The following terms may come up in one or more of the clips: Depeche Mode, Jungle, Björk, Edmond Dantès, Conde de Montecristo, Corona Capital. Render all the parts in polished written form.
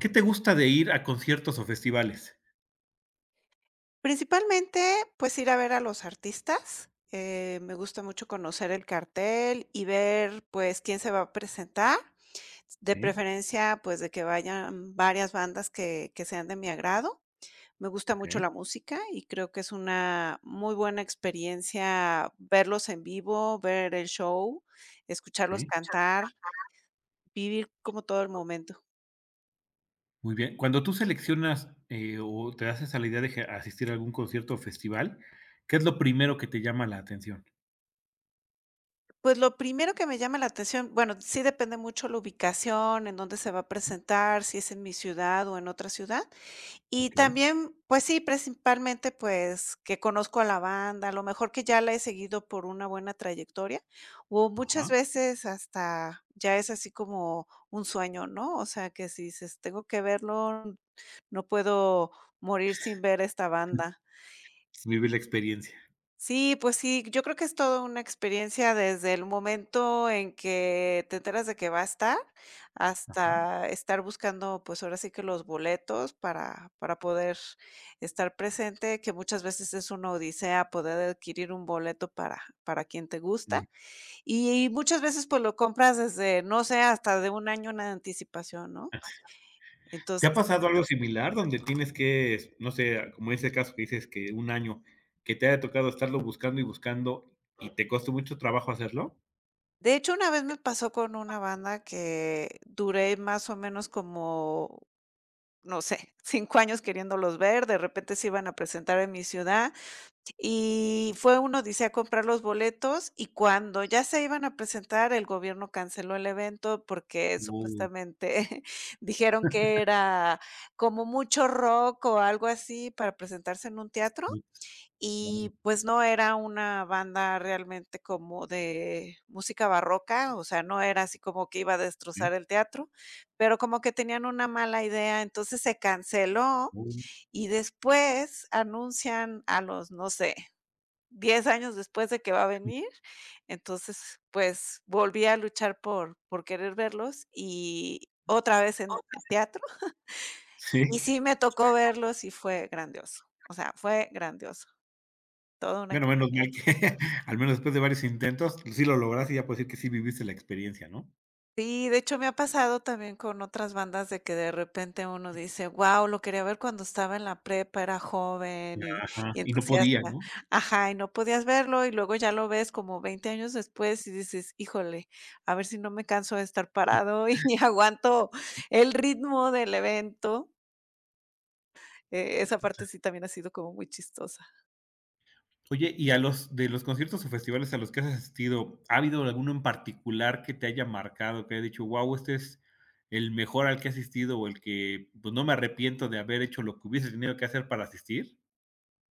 ¿Qué te gusta de ir a conciertos o festivales? Principalmente, pues, ir a ver a los artistas, me gusta mucho conocer el cartel y ver, pues, quién se va a presentar, de Sí, preferencia, pues, de que vayan varias bandas que sean de mi agrado. Me gusta mucho okey, la música y creo que es una muy buena experiencia verlos en vivo, ver el show, sí. escucharlos cantar, vivir como todo el momento. Muy bien. Cuando tú seleccionas, o te haces a la idea de que asistir a algún concierto o festival, ¿qué es lo primero que te llama la atención? Pues lo primero que me llama la atención, bueno, sí depende mucho la ubicación, en dónde se va a Mm, presentar, si es en mi ciudad o en otra ciudad. Y también, pues sí, principalmente, pues que conozco a la banda, a lo mejor que ya la he seguido por una buena trayectoria, o muchas ajá. veces hasta ya es así como un sueño, ¿no? O sea, que si dices, tengo que verlo, no puedo morir sin ver esta banda. Vivir la experiencia. Sí, pues sí, yo creo que es toda una experiencia desde el momento en que te enteras de que va a estar, Ajá, hasta estar buscando, pues ahora sí que los boletos para poder estar presente, que muchas veces es una odisea poder adquirir un boleto para quien te sí. gusta. Y muchas veces pues lo compras desde, no sé, hasta de un año en anticipación, ¿no? ¿Te ha Entonces, pasado algo similar donde tienes que, no sé, como ese caso que dices que un año, que te haya tocado estarlo buscando y buscando y te costó mucho trabajo hacerlo? de hecho, una vez me pasó con una banda que duré más o menos como no sé, 5 años queriéndolos ver, de repente se iban a presentar en mi ciudad, y fue uno dice a comprar los boletos, y cuando ya se iban a presentar, el gobierno canceló el evento porque Uy, supuestamente dijeron que era como mucho rock o algo así para presentarse en un teatro. sí, claro, Y, pues, no era una banda realmente como de música barroca, o sea, no era así como que iba a sí. destrozar el teatro, pero como que tenían una mala idea, entonces se canceló Uy. y después anuncian a los, no sé, 10 años después de que va a venir. Entonces, pues, volví a luchar por querer verlos y otra vez en teatro, y Sí. sí me tocó verlos y fue grandioso, o sea, fue grandioso, toda una Bueno, menos mal experiencia. que al menos después de varios intentos, sí lo lograste y ya puedes decir que sí viviste la experiencia, ¿no? Sí, de hecho me ha pasado también con otras bandas de que de repente uno dice: "Guau, lo quería ver cuando estaba en la prepa, era joven y Ajá, y y no podía, entusiasta". ¿no? Ajá, y no podías verlo, y luego ya lo ves como 20 años después y dices: "Híjole, a ver si no me canso de estar Eh. parado y aguanto el ritmo del evento". Esa parte sí también ha sido como muy chistosa. Oye, y a los de los conciertos o festivales a los que has asistido, ¿ha habido alguno en particular que te haya marcado, que haya dicho, wow, este es el mejor al que he asistido o el que, pues, no me arrepiento de haber hecho lo que hubiese tenido que hacer para asistir?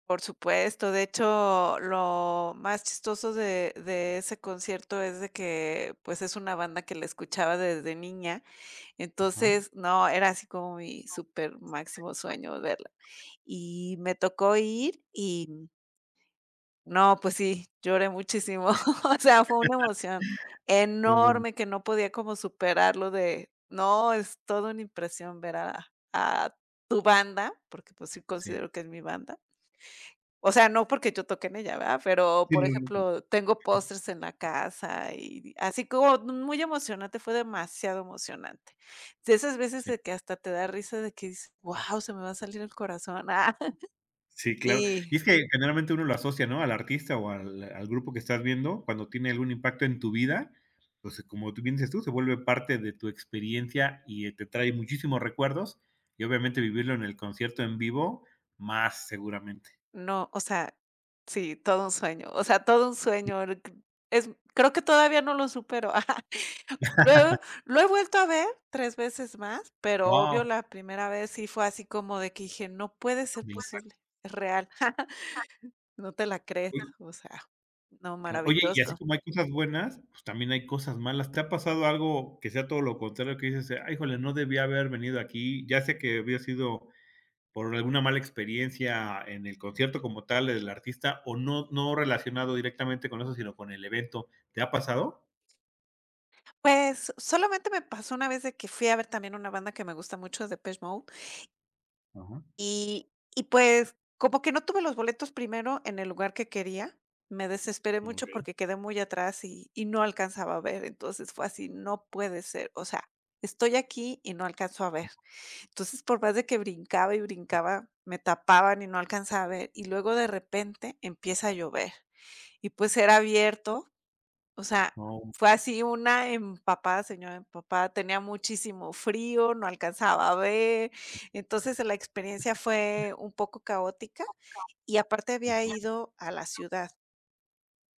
Por supuesto, de hecho, lo más chistoso de ese concierto es de que, pues, es una banda que la escuchaba desde niña, Ajá, entonces, no, era así como mi súper máximo sueño verla. Y me tocó ir y, no, pues sí, lloré muchísimo, o sea, fue una emoción como, enorme que no podía como superarlo de, no, es toda una impresión ver a tu banda, porque, pues, sí sí. considero que es mi banda. O sea, no porque yo toque en ella, ¿verdad? Pero, Sí, por no, no, ejemplo, tengo pósters en la casa y así como muy emocionante, fue demasiado emocionante. De esas veces no. de que hasta te da risa de que dices: "Guau, se me va a salir el corazón". Ah, Sí, claro. y Y es que generalmente uno lo asocia, ¿no? Al artista o al grupo que estás viendo, cuando tiene algún impacto en tu vida, pues, como tú bien dices tú, se vuelve parte de tu experiencia y te trae muchísimos recuerdos, y obviamente vivirlo en el concierto en vivo, más seguramente. no, o sea, sí, todo un sueño, o sea, todo un sueño. Es creo que todavía no lo supero. Lo he, lo he vuelto a ver 3 veces más, pero obvio Wow. la primera vez sí fue así como de que dije: "No puede ser Me impactó. posible, es real". No te la crees, Soportar. o sea, no, Claro. Oye, y así maravilloso. como hay cosas buenas, pues también hay cosas malas. ¿Te ha pasado algo que sea todo lo contrario, que dices: "Ay, híjole, no debía haber venido aquí"? Ya sé que había sido por alguna mala experiencia en el concierto como tal del artista o no, no relacionado directamente con eso, sino con el evento. ¿Te ha pasado? Pues, solamente me pasó una vez de que fui a ver también una banda que me gusta mucho, de Depeche Mode, Ajá. y y pues, como que no tuve los boletos primero en el lugar que quería, me desesperé mucho Okey. porque quedé muy atrás y no alcanzaba a ver, entonces fue así, no puede ser, o sea, estoy aquí y no alcanzo a ver. Entonces, por más de que brincaba y brincaba, me tapaban y no alcanzaba a ver, y luego de repente empieza a llover, y pues era abierto. O sea, Oh, fue así una empapada, señora empapada, tenía muchísimo frío, no alcanzaba a ver, entonces la experiencia fue un poco caótica y aparte había ido a la ciudad.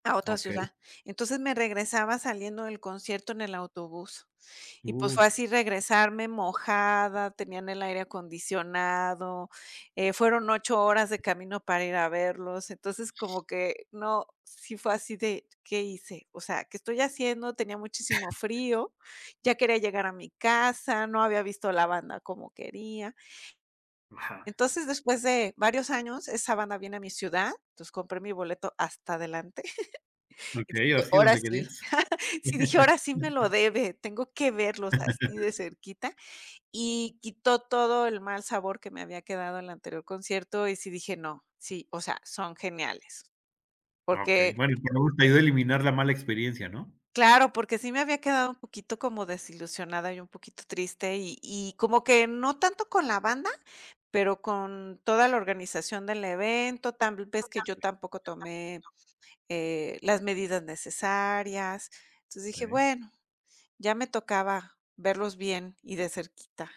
A ajá, otra okey. ciudad. Entonces, me regresaba saliendo del concierto en el autobús. Y, pues, Uy, fue así regresarme mojada, tenían el aire acondicionado, fueron 8 horas de camino para ir a verlos. Entonces, como que no, sí fue así de, ¿qué hice? O sea, ¿qué estoy haciendo? Tenía muchísimo frío, ya quería llegar a mi casa, no había visto la banda como quería. ajá, Entonces, después de varios años, esa banda viene a mi ciudad, entonces compré mi boleto hasta adelante. Y okey, dije: así "Ahora donde sí". querías. Sí, dije: "Ahora sí me lo debe, tengo que verlos así de cerquita". Y quitó todo el mal sabor que me había quedado en el anterior concierto, y sí dije: "No, sí, o sea, son geniales". Okey, Porque bueno, y por lo menos te ayudó a eliminar la mala experiencia, ¿no? claro, porque sí me había quedado un poquito como desilusionada y un poquito triste, y como que no tanto con la banda, pero con toda la organización del evento, tal vez que yo Sí, tampoco tomé, las medidas necesarias. Entonces dije: okey. "Bueno, ya me tocaba verlos bien y de cerquita".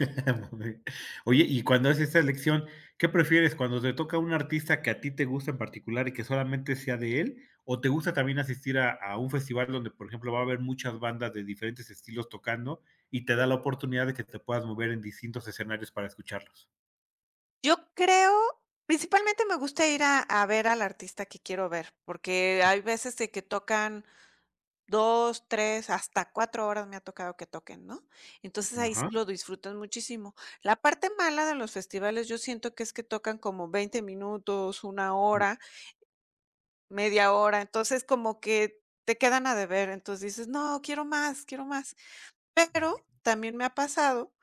Muy bien. Oye, y cuando haces esta elección, ¿qué prefieres? ¿Cuando te toca un artista que a ti te gusta en particular y que solamente sea de él? ¿O te gusta también asistir a un festival donde, por ejemplo, va a haber muchas bandas de diferentes estilos tocando y te da la oportunidad de que te puedas mover en distintos escenarios para escucharlos? Yo creo, principalmente me gusta ir a ver al artista que quiero ver, porque hay veces de que tocan 2, 3, hasta 4 horas me ha tocado que toquen, ¿no? Entonces, ahí sí Ajá, lo disfrutas muchísimo. La parte mala de los festivales, yo siento que es que tocan como 20 minutos, una mm, hora, media hora, entonces como que te quedan a deber, entonces dices: "No, quiero más, quiero más". Pero también me ha pasado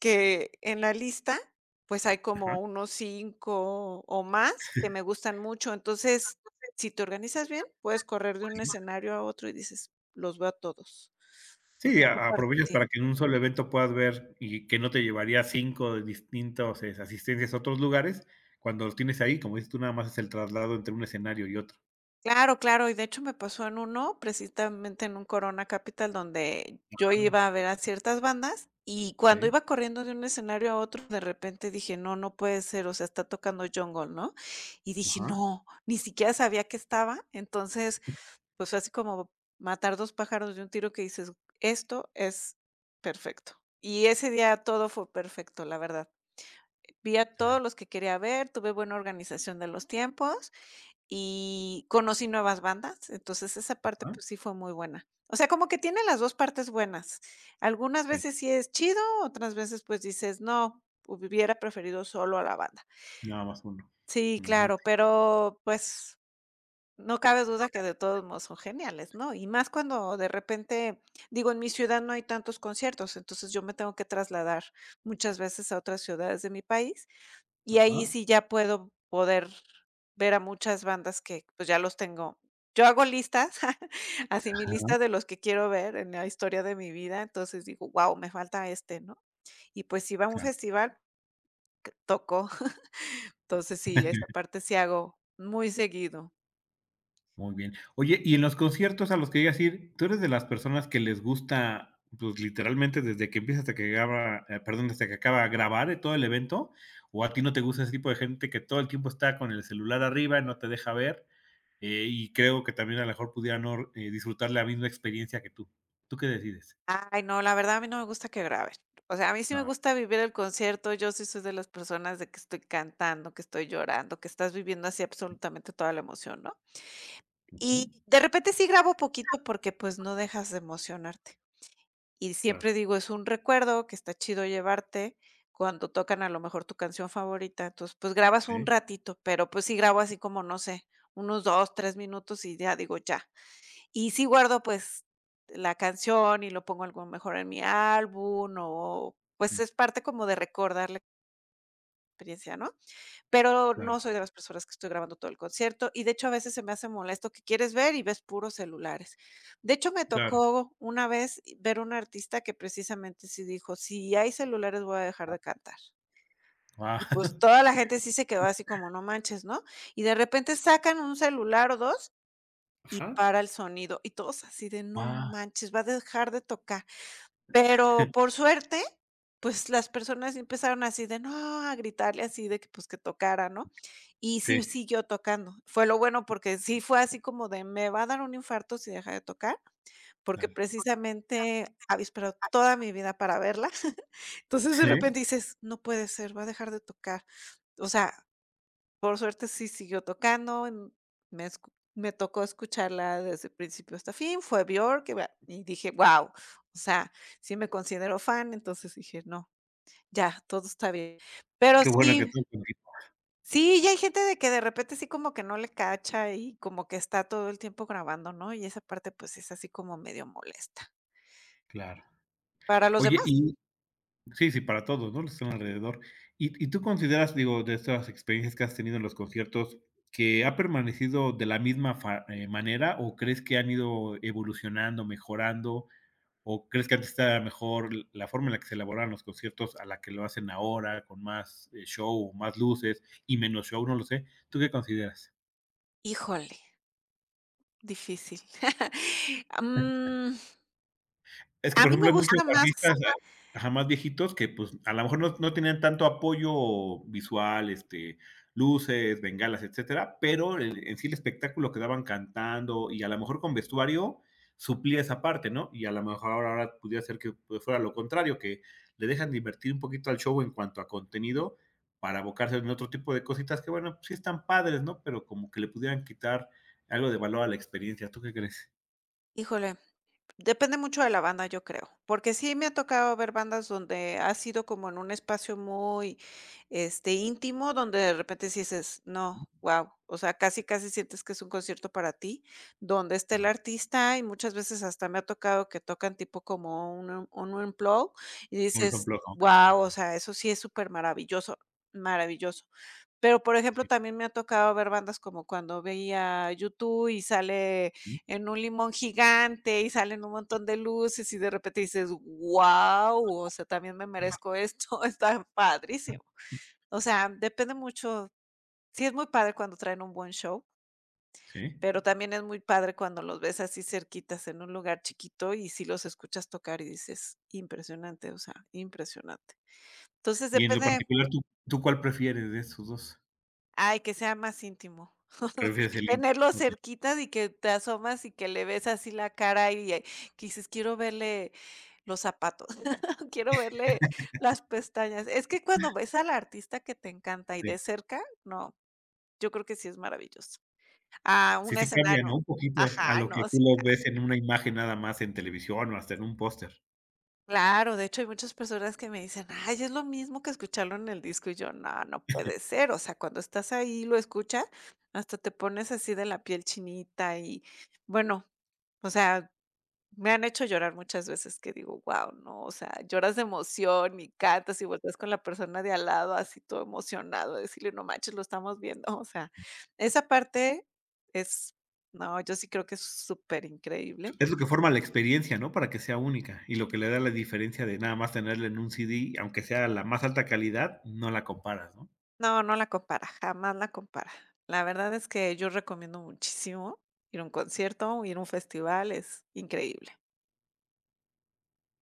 que en la lista, pues, hay ajá. como unos 5 o más que me gustan mucho. Entonces, si te organizas bien, puedes correr de Pues un sí. escenario a otro y dices: "Los veo a todos". Sí, Esa parte, aprovechas sí. para que en un solo evento puedas ver y que no te llevaría cinco de distintos asistencias a otros lugares. Cuando los tienes ahí, como dices tú, nada más es el traslado entre un escenario y otro. Claro, claro, y de hecho me pasó en uno, precisamente en un Corona Capital, donde yo iba a ver a ciertas bandas, y cuando Sí. iba corriendo de un escenario a otro, de repente dije: "No, no puede ser, o sea, está tocando Jungle", ¿no? Y dije: Ajá. "No", ni siquiera sabía que estaba. Entonces, pues, fue así como matar 2 pájaros de un tiro que dices: "Esto es perfecto". Y ese día todo fue perfecto, la verdad. Vi a Claro. todos los que quería ver, tuve buena organización de los tiempos y conocí nuevas bandas, entonces esa parte, ¿Ah? pues, sí fue muy buena. O sea, como que tiene las 2 partes buenas. Algunas Sí, veces sí es chido, otras veces, pues, dices: "No, hubiera preferido solo a la banda". nada más uno. Sí, Ujú. claro, pero, pues no cabe duda que de todos modos son geniales, ¿no? Y más cuando de repente, digo, en mi ciudad no hay tantos conciertos, entonces yo me tengo que trasladar muchas veces a otras ciudades de mi país y ahí Ajá. sí ya puedo poder ver a muchas bandas que pues ya los tengo. Yo hago listas, así mi Ajá, lista de los que quiero ver en la historia de mi vida, entonces digo, wow, me falta este, ¿no? Y pues si va a un claro, festival, toco. Entonces sí, esa parte sí hago muy seguido. muy bien. Oye, y en los conciertos a los que llegas a ir, ¿tú eres de las personas que les gusta, pues, literalmente desde que empieza hasta que graba, perdón, hasta que acaba de grabar, todo el evento? ¿O a ti no te gusta ese tipo de gente que todo el tiempo está con el celular arriba y no te deja ver? Y creo que también a lo mejor pudieran no, disfrutar la misma experiencia que tú. ¿Tú qué decides? Ay, no, la verdad a mí no me gusta que graben. O sea, a mí sí me Ah, gusta vivir el concierto. Yo sí soy de las personas de que estoy cantando, que estoy llorando, que estás viviendo así absolutamente toda la emoción, ¿no? ujú, Y de repente sí grabo poquito porque pues no dejas de emocionarte. Y claro. siempre digo, es un recuerdo que está chido llevarte cuando tocan a lo mejor tu canción favorita. Entonces, pues grabas un Sí, ratito, pero pues sí grabo así como, no sé, unos 2, 3 minutos y ya digo, ya. Y sí guardo, pues, la canción y lo pongo algo mejor en mi álbum o, sí, pues, es parte como de recordar la experiencia, ¿no? Pero claro. no soy de las personas que estoy grabando todo el concierto y, de hecho, a veces se me hace molesto que quieres ver y ves puros celulares. De hecho, me Claro. tocó una vez ver un artista que precisamente sí dijo: "Si hay celulares, voy a dejar de cantar". Y, Ah. pues, toda la gente sí se quedó así como: "No manches", ¿no? Y de repente sacan un celular o 2 y Ajá. para el sonido, y todos así de: "No Ah, manches, va a dejar de tocar". Pero por suerte, pues, las personas empezaron así de: "No", a gritarle así de que, pues, que tocara, ¿no? Y sí, sí siguió tocando. Fue lo bueno, porque sí fue así como de: "Me va a dar un infarto si deja de tocar", porque claro. precisamente había esperado toda mi vida para verla. Entonces, de Sí, repente dices: "No puede ser, va a dejar de tocar". O sea, por suerte sí siguió tocando, me tocó escucharla desde principio hasta fin, fue Björk, y va y dije: wow, o sea, sí me considero fan, entonces dije: "No, ya, todo está bien". Pero qué bueno que sí, todo con equipo, sí, ya hay gente de que de repente sí como que no le cacha y como que está todo el tiempo grabando, ¿no? Y esa parte, pues, es así como medio molesta. claro. Para los Oye, demás, y sí, sí, para todos, ¿no?, los que están alrededor. ¿Y tú consideras, digo, de estas experiencias que has tenido en los conciertos, que ha permanecido de la misma fa manera, o crees que han ido evolucionando, mejorando, o crees que antes estaba mejor la forma en la que se elaboraban los conciertos a la que lo hacen ahora, con más, show, más luces y menos show? No lo sé, ¿tú qué consideras? híjole, difícil. Mm, Es que, a por mí me ejemplo, hay muchos gusta más. artistas ajá, ajá, más viejitos que, pues, a lo mejor no tenían tanto apoyo visual, este, luces, bengalas, etcétera, pero el en sí el espectáculo que daban cantando y a lo mejor con vestuario suplía esa parte, ¿no? Y a lo mejor ahora pudiera ser que, pues, fuera lo contrario, que le dejan de invertir un poquito al show en cuanto a contenido para abocarse en otro tipo de cositas que, bueno, sí están padres, ¿no? Pero como que le pudieran quitar algo de valor a la experiencia, ¿tú qué crees? Híjole, depende mucho de la banda, yo creo, porque sí me ha tocado ver bandas donde ha sido como en un espacio muy, este, íntimo, donde de repente sí dices: "No, Mm, guau", o sea, casi, casi sientes que es un concierto para ti, donde está el ah, artista, y muchas veces hasta me ha tocado que tocan tipo como un un unplugged, y por dices: ejemplo, ¿no? "Guau", o sea, eso sí es súper maravilloso, maravilloso. Pero, por Sí. ejemplo, también me ha tocado ver bandas como cuando veía YouTube y sale en un limón gigante y salen un montón de luces y de repente dices: "Guau, o sea, también me merezco esto", está padrísimo. O sea, depende mucho. Sí es muy padre cuando traen un buen show, Sí. pero también es muy padre cuando los ves así cerquitas en un lugar chiquito y si los escuchas tocar y dices: "Impresionante", o sea, impresionante. Entonces Y en lo depende. particular, ¿tú cuál prefieres de esos 2? Ay, que sea más íntimo. Prefieres el indie. Tenerlo Okey, cerquita y que te asomas y que le ves así la cara y, que dices: "Quiero verle los zapatos, quiero verle las pestañas". Es que cuando ves al artista que te encanta y sí. de cerca, no, yo creo que sí es maravilloso. Ah, Sí, un sí cambia, ¿no? escenario. Un poquito a Ajá, lo que no, tú sí. lo ves en una imagen nada más en televisión o hasta en un póster. Claro, de hecho, hay muchas personas que me dicen: "Ay, es lo mismo que escucharlo en el disco", y yo: "No, no puede ser", o sea, cuando estás ahí, y lo escuchas, hasta te pones así de la piel chinita y, bueno, o sea, me han hecho llorar muchas veces que digo: "Guau", no, o sea, lloras de emoción y cantas y volteas con la persona de al lado, así todo emocionado, decirle: "No manches, lo estamos viendo", o sea, esa parte es. No, yo sí creo que es súper increíble. Es lo que forma la experiencia, ¿no? Para que sea única y lo que le da la diferencia de nada más tenerla en un CD, aunque sea la más alta calidad, no la comparas, ¿no? No, no la compara, jamás la compara. La verdad es que yo recomiendo muchísimo ir a un concierto, ir a un festival, es increíble.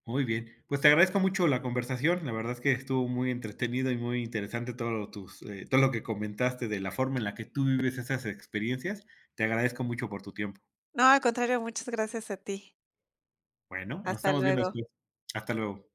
Muy bien. Pues te agradezco mucho la conversación. La verdad es que estuvo muy entretenido y muy interesante todo lo, tus, todo lo que comentaste de la forma en la que tú vives esas experiencias. Te agradezco mucho por tu tiempo. No, al contrario, muchas gracias a ti. Bueno, nos Hasta estamos viendo luego. después. Hasta luego.